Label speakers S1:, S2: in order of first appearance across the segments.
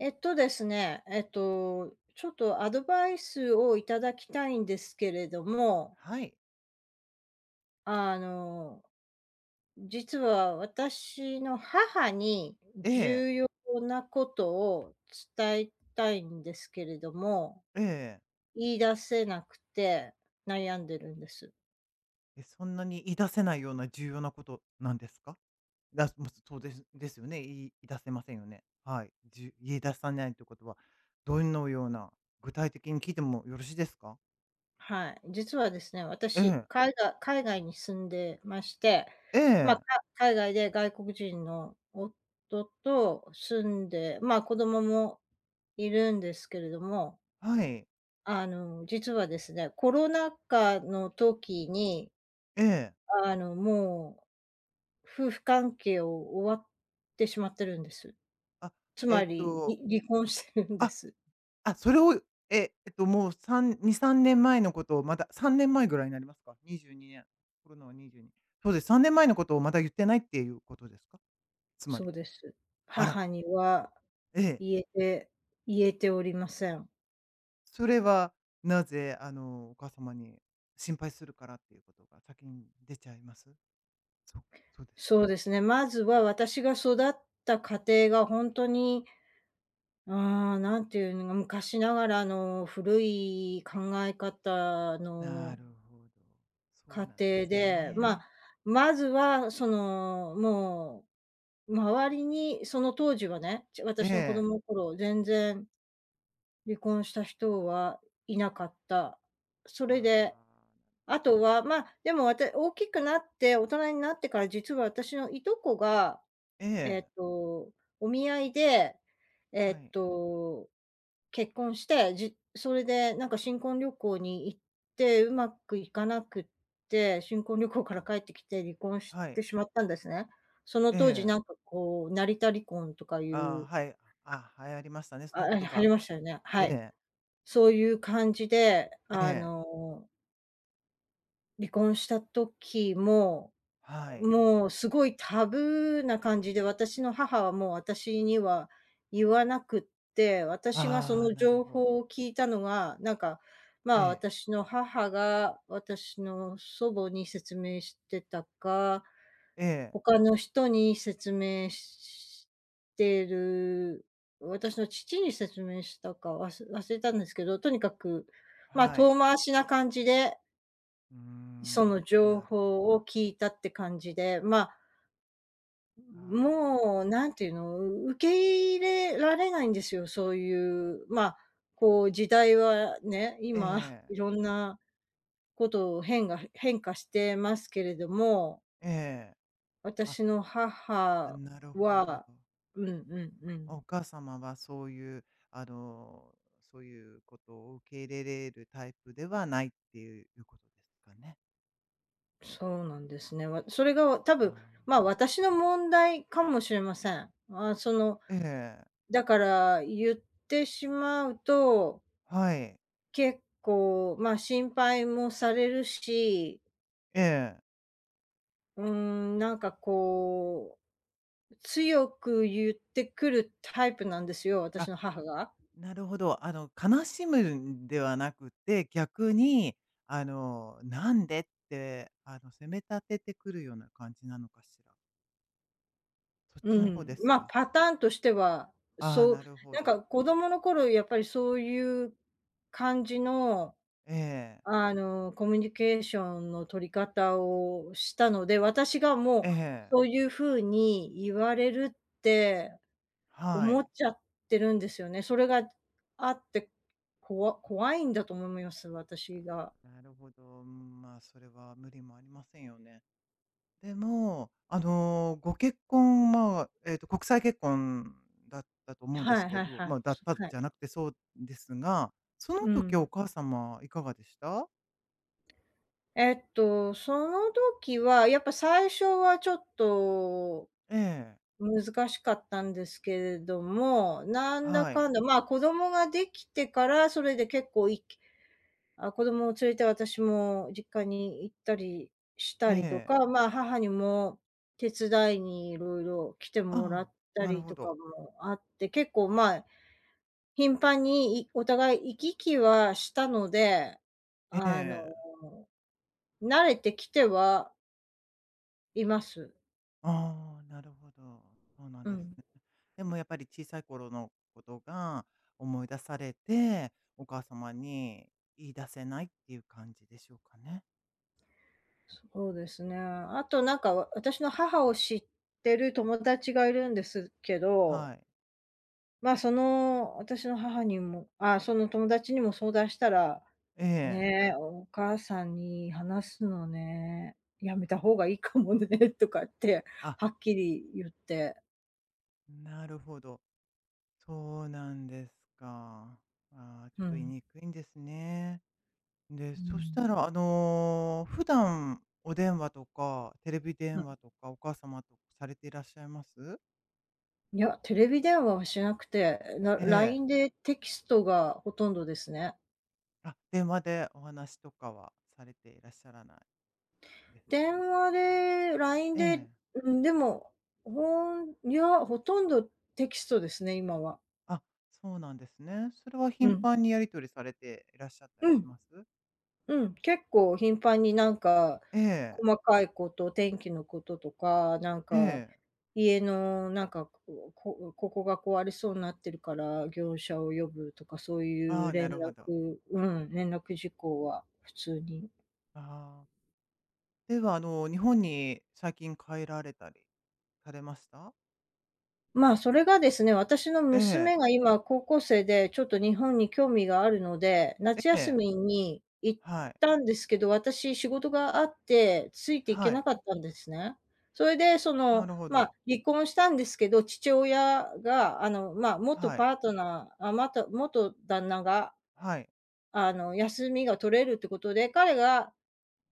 S1: えっとですね、えっと、ちょっとアドバイスをいただきたいんですけれども、
S2: はい。
S1: あの、実は私の母に
S2: ええ、
S1: 重要なことを伝えたいんですけれども、
S2: ええ。
S1: 言い出せなくて悩んでるんです。
S2: え、そんなに言い出せないような重要なことなんですか？そうですよね。言い出せませんよね。はい。言い出さないということは、どのような、具体的に聞いてもよろしいですか？
S1: はい、実はですね、
S2: え
S1: 私、は
S2: え、
S1: 海外に住んでまして、
S2: え
S1: まあ、か
S2: え、
S1: 海外で外国人の夫と住んで、まあ、子供もいるんですけれども、
S2: はい、
S1: 実はですね、コロナ禍の時に、
S2: ええ。
S1: もう夫婦関係を終わってしまってるんです。
S2: あ、
S1: つ
S2: え
S1: ま
S2: っ
S1: り、
S2: と、
S1: 離婚してるんで
S2: あ、
S1: す。
S2: それを、もう3、2、3年前のことをまだ3年前ぐらいになりますか？22年。コロナは22。そうです、3年前のことをまだ言ってないっていうことですか？つま
S1: そ
S2: り。
S1: うです。
S2: あら。
S1: 母には
S2: ええ。
S1: 言えて言えておりません。
S2: それはなぜ、お母様に心配するからっていうことが先に出ちゃいます？そう、そうですか。
S1: そうですね。まずは私が育った家庭が本当に、なんていうのか、昔ながらの古い考え方
S2: な
S1: の
S2: るほど。そう
S1: 家
S2: なんで
S1: 庭
S2: す
S1: で、ま
S2: ね。
S1: あ、まずはその、もう、周りにその当時はね、
S2: え
S1: 私の子供
S2: え。
S1: の頃、全然離婚した人はいなかった。そ
S2: あ
S1: れで、
S2: あ、
S1: あとは、でも私大きくなって、大人になってから実は私のいとこが
S2: え
S1: えっ
S2: え。
S1: と、お見合いで、え
S2: は
S1: っ
S2: い。
S1: と、結婚して、それでなんか新婚旅行に行って、うまくいかなくって、新婚旅行から帰ってきて離婚し
S2: は
S1: て
S2: い。
S1: しまったんですね。その
S2: え
S1: 当時
S2: え。
S1: なんかこう、成田離婚とかい
S2: ああ、
S1: う、
S2: はい。あ、流行りましたね、そ
S1: あ、
S2: の言
S1: ああり
S2: 葉。
S1: ましたよね。
S2: え
S1: はい。
S2: え、
S1: そういう感じで、
S2: ええ、
S1: 離婚した時も
S2: はい。
S1: もうすごいタブーな感じで、私の母はもう私には言わなくって、私がそ
S2: ああ、
S1: の
S2: なる
S1: 情
S2: ほ
S1: 報を
S2: ど。
S1: 聞いたのが、なんか、ま
S2: え
S1: あ、
S2: え、
S1: 私の母が私の祖母に説明してたか、
S2: ええ、
S1: 他の人に説明してる、私の父に説明したか忘れたんですけど、とにかく、まあ、
S2: は
S1: 遠
S2: い。
S1: 回しな感じで、
S2: うー
S1: そ
S2: ん、
S1: の情
S2: なるほ
S1: 報
S2: ど。
S1: を聞いたって感じで、まあ、
S2: ああ、
S1: もう、なんていうの、受け入れられないんですよ、そういう、まあ、こう時代はね、
S2: え
S1: 今
S2: え、
S1: いろんなことを変化してますけれども、
S2: ええ。あ、
S1: 私の
S2: あ、
S1: 母
S2: なるほ
S1: は
S2: ど。
S1: うんうんうん。
S2: お母様はそういう、あの、そういうことを受け入れれるタイプではないっていうことですかね。
S1: そうなんですね。それが多
S2: あ
S1: 分、
S2: ー、
S1: まあ、私の問題かもしれません。あ、その、
S2: ええ、
S1: だから言ってしまうと
S2: はい。
S1: 結構、まあ、心配もされるし、
S2: ええ。
S1: うーん、なんかこう、強く言ってくるタイプなんですよ、私
S2: あ、
S1: の母が。
S2: なるほど。悲しむんではなくて、逆に、なんでって、責め立ててくるような感じなのかしら。そっち
S1: う
S2: の方
S1: ん。
S2: です
S1: ま、
S2: か？
S1: パターンとしては、
S2: ああ、
S1: そう、
S2: なるほ
S1: なんか
S2: ど。
S1: 子供の頃やっぱりそういう感じの、
S2: ええ、
S1: あの、コミュニケーションの取り方をしたので、私がもう
S2: え
S1: そ
S2: え、
S1: ういう風に言われるって
S2: は
S1: 思
S2: い。
S1: っちゃってるんですよね。それがあって、怖いんだと思います、私が。
S2: なるほど。まあ、それは無理もありませんよね。でも、ご結婚まあ、国際結婚だったと思うんで
S1: は
S2: す
S1: い
S2: け
S1: はい
S2: ど、
S1: はい。
S2: まあ、だった
S1: はい。
S2: じゃなくてそうですが、その
S1: う
S2: 時お
S1: ん。
S2: 母様いかがでした？
S1: その時は、やっぱ最初はちょっと
S2: ええ、
S1: 難しかったんですけれども、なんだ
S2: は
S1: か
S2: い。
S1: んだ、まあ、子供ができてから、それで結構いあ、子供を連れて私も実家に行ったりし
S2: え
S1: たりとか、
S2: え。
S1: まあ、母にも手伝いにいろいろ来てもら
S2: ああ、
S1: った
S2: なる
S1: り
S2: ほ
S1: とか
S2: ど。
S1: もあって、結構、まあ、頻繁にお互い行き来はしたので、
S2: え
S1: あの、
S2: え。
S1: 慣れてきてはいます。
S2: ああ、なるほど。そうなん
S1: う
S2: です
S1: ん、
S2: ね。でもやっぱり小さい頃のことが思い出されて、お母様に言い出せないっていう感じでしょうかね。
S1: そうですね。あと、なんか、私の母を知ってる友達がいるんですけど
S2: はい。
S1: その、私の母にもその友達にも相談したら、
S2: ええ。
S1: ね、お母さんに話すのね、やめた方がいいかもね とかって
S2: あ、
S1: はっきり言って、
S2: なるほど。そうなんですか。ああ、ちょ
S1: う
S2: っと言い
S1: ん、
S2: にくいんですね。で、
S1: う
S2: そし
S1: ん。
S2: たら、普段お電話とか、テレビ
S1: うん
S2: 電話とか、お母様とされていらっしゃいます？
S1: いや、テレビ電話はしなくて、
S2: ええ。
S1: LINE でテキストがほとんどですね。
S2: あ、電話でお話とかはされていらっしゃらないですか？
S1: 電話で LINE
S2: え
S1: で、
S2: え。
S1: うん、でも、ほとんどテキストですね、今は。
S2: あ、そうなんですね。それは
S1: う
S2: 頻
S1: ん、
S2: 繁にやり取りされていらっしゃった
S1: う
S2: りし
S1: ん。
S2: ます？
S1: うん、結構頻繁になんか、
S2: ええ、
S1: 細かいこと、天気のこととか、なん
S2: え
S1: か、
S2: え。
S1: 家のなんか、ここが壊れそうになってるから、業者を呼ぶとか、そうい
S2: あ
S1: う
S2: あ、な
S1: 連
S2: るほど。
S1: 絡うん、連絡事項は普通に
S2: ああ。では、日本に最近帰られたりされました？
S1: まあ、それがですね、私の
S2: ええ、
S1: 娘が今高校生で、ちょっと日本に興味があるので、
S2: え
S1: 夏休
S2: え。
S1: みに行っ
S2: はい、
S1: たんですけど、私仕事があって、ついていけ
S2: は
S1: な
S2: い。
S1: かったんですね。それで、そ
S2: な
S1: の、
S2: るほ
S1: まあ、
S2: ど。
S1: 離婚したんですけど、父親が、あの、まあ、元
S2: は
S1: パ
S2: い、
S1: ートナーあ、また元旦那が、
S2: はい。
S1: あの、休みが取れるってことで、彼が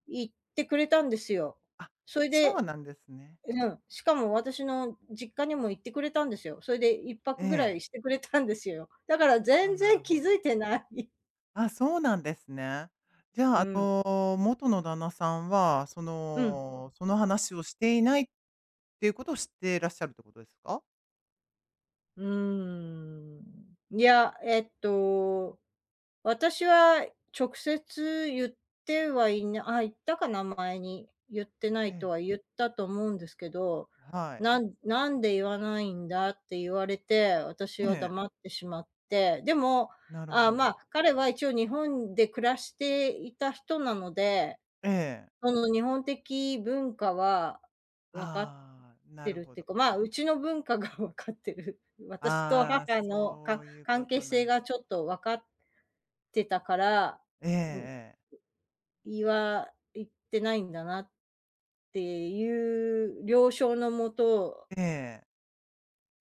S1: 行ってくれたんですよ。
S2: あ、
S1: それ
S2: そう
S1: で
S2: なんですね。
S1: うん、しかも私の実家にも行ってくれたんですよ。それで一
S2: え
S1: 泊ぐら
S2: え。
S1: いしてくれたんですよ。だから全
S2: あ、な
S1: 然
S2: るほ
S1: 気づい
S2: ど。
S1: てない。
S2: あ、そうなんですね。じ
S1: う
S2: ゃあ、
S1: ん、
S2: 元の旦那さんは、そ
S1: うん。
S2: の、その話をしていないっていうことを知っていらっしゃるってことですか？
S1: うーん。いや、私は直接言ってはいなあ、言ったかな、前に。言ってない
S2: え
S1: と
S2: え、
S1: は言ったと思うんですけど、
S2: はい。
S1: なんで言わないんだ」って言われて、私
S2: え
S1: は
S2: え、
S1: 黙ってしまって、でも、
S2: なる
S1: ああ、
S2: ほ
S1: まあ、
S2: ど。
S1: 彼は一応日本で暮らしていた人なので、
S2: ええ。
S1: その日本的文化は分かっ
S2: ああ、な
S1: て
S2: る
S1: るっ
S2: ほ
S1: ていう
S2: ど。
S1: か、まあ、うちの文化が 分かってる。私と
S2: ああ、
S1: 母の
S2: そういう
S1: 関
S2: こ
S1: 係
S2: と
S1: 性
S2: な
S1: がちょっと分かってたから、
S2: ええ、
S1: うん、
S2: ええ。
S1: 言ってないんだなっていう了承のもと、
S2: ええ。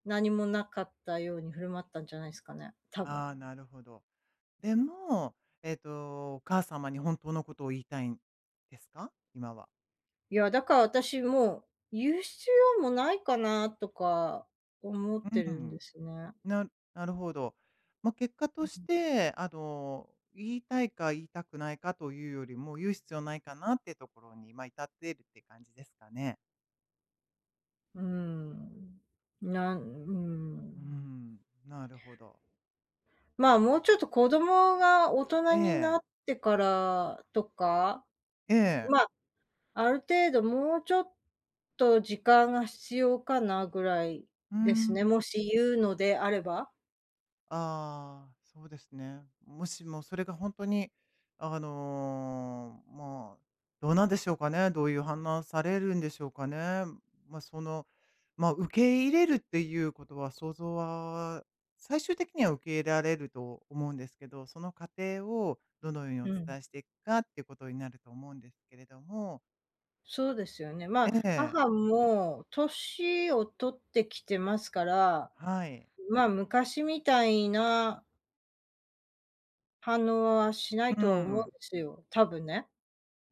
S1: 何もなかったように振る舞ったんじゃないですかね、多分。
S2: ああ、なるほど。でも、お母様に本当のことを言いたいんですか？今は。
S1: いや、だから私もう、言う必要もないかなとか思って
S2: う
S1: るん
S2: ん。
S1: ですね。
S2: ななるほど。まあ、結果として、言いたいか言いたくないかというよりも、言う必要ないかなってところに、まあ、至っているって感じですかね。
S1: うん。なんう
S2: う
S1: ん。
S2: ん、なるほど。
S1: まあ、もうちょっと子供が大人
S2: え
S1: にな
S2: え、
S1: ってからとか、
S2: ええ、
S1: まあ、ある程度もうちょっと時間が必要かなぐらい
S2: う
S1: です
S2: ん。
S1: ね、もし言うのであれば。
S2: ああ、そうですね。もしもそれが本当に、まあ、どうなんでしょうかね、どういう反応されるんでしょうかね。まあ、まあ、受け入れるっていうことは想像は、最終的には受け入れられると思うんですけど、その過程をどのようにお
S1: うん。
S2: 伝えしていくかっていうことになると思うんですけれども。
S1: そうですよね。ま
S2: え
S1: あ、母
S2: え、
S1: も年を取ってきてますから、
S2: はい。
S1: まあ、昔みたいな反応はしない
S2: う
S1: とは思うんで
S2: ん。
S1: すよ、多分ね。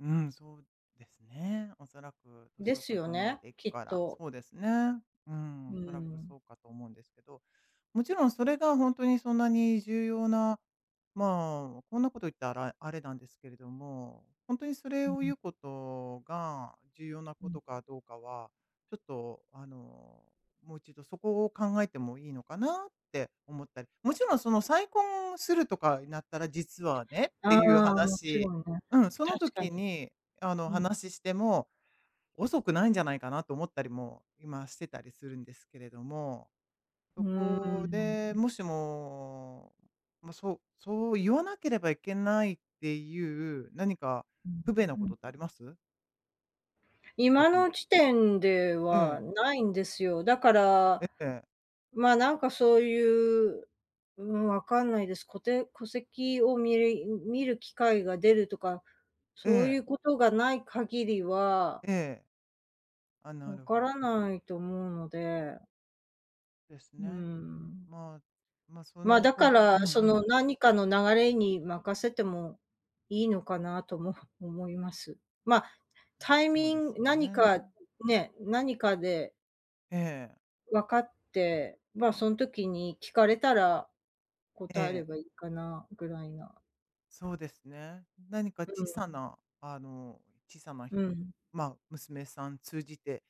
S2: うん、そうですね。おそらく
S1: で
S2: 年を
S1: すよ
S2: 重ね
S1: ね、
S2: ていく
S1: きっ
S2: から、
S1: と。
S2: そうですね。う
S1: う
S2: ん、おそ
S1: ー
S2: らく
S1: ん。
S2: そうかと思うんですけど。もちろんそれが本当にそんなに重要な、まあ、こんなこと言ったらあれなんですけれども、本当にそれ
S1: う
S2: を
S1: ん
S2: 言うことが重要な
S1: う
S2: こ
S1: ん。
S2: とかどうかは、ちょっともう一度そこを考えてもいいのかなって思ったり、もちろんその再婚するとかになったら実はねって
S1: あ
S2: いう
S1: あ、もち
S2: 話、
S1: ろんね。
S2: うん、その
S1: 確か
S2: 時
S1: に。
S2: に
S1: うん。
S2: 話しても遅くないんじゃないかなと思ったりも今してたりするんですけれども。
S1: う
S2: そこ
S1: ー
S2: で、
S1: ん。
S2: もしも、まあ、そう言わなければいけないっていう何か
S1: うん、
S2: 不便なこ
S1: うん。
S2: とってあります？
S1: 今
S2: 逆
S1: の
S2: に。
S1: 時点で
S2: え
S1: は
S2: え、
S1: ないんですよ。だから、
S2: ええ、
S1: まあ、なんかそういう、うん、わかんないです。戸籍を見る機会が出るとか、
S2: え
S1: そうい
S2: え、
S1: うことがない限りは、
S2: ええ。あ、な
S1: わ
S2: る
S1: か
S2: ほど
S1: らないと思うので、
S2: です
S1: うー
S2: ね。
S1: ん。
S2: まあ、ま、あその
S1: だ
S2: こ
S1: から、
S2: うんう
S1: その、
S2: ん、
S1: 何かの流れに任せてもいいのかなとも 思います。ま、あタイ
S2: そう
S1: ミ
S2: で
S1: ン
S2: す
S1: グ何か
S2: ね。
S1: ね、何かで
S2: ええ、
S1: 分かって、その時に聞かれたら
S2: え
S1: 答えれ
S2: え、
S1: ばいいかなぐらいな。
S2: そうですね。何か小さ
S1: う
S2: な、あの、小さな
S1: ん、
S2: 人
S1: うん、
S2: まあ、娘さん通じて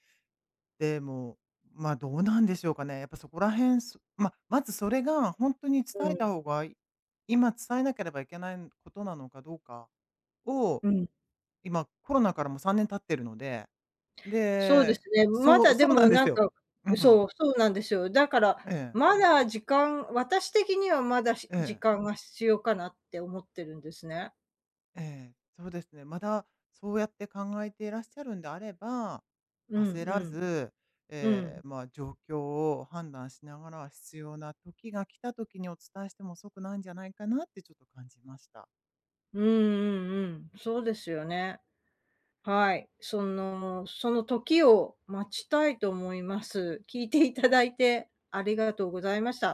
S2: でも、どうなんでしょうかね。やっぱそこら辺、まあ、まず、それが本当に
S1: う
S2: 伝え
S1: ん、
S2: た方がいい、今伝えなければいけないことなのかどうかを、
S1: うん。
S2: 今コロナからも3年経ってるので、
S1: そうです
S2: で、
S1: ね。ま
S2: そ
S1: だ
S2: う、
S1: で
S2: そうな
S1: も
S2: んで
S1: な
S2: す
S1: ん
S2: よ。
S1: か
S2: うん。
S1: そうなんですよ。だから、
S2: ええ、
S1: まだ私的にはまだ
S2: え
S1: 時
S2: え。
S1: 間が必要かなって思ってるんですね。
S2: ええ、そうですね。まだそうやって考えていらっしゃるんであれば、
S1: うん
S2: 焦
S1: う
S2: ら
S1: ん。
S2: ず、
S1: う
S2: え
S1: ん。
S2: え、まあ、状況を判断しながら、必要な時が来た時にお伝えしても遅くないんじゃないかなってちょっと感じました。
S1: うんうんうん。そうですよね。はい。その時を待ちたいと思います。聞いていただいてありがとうございました。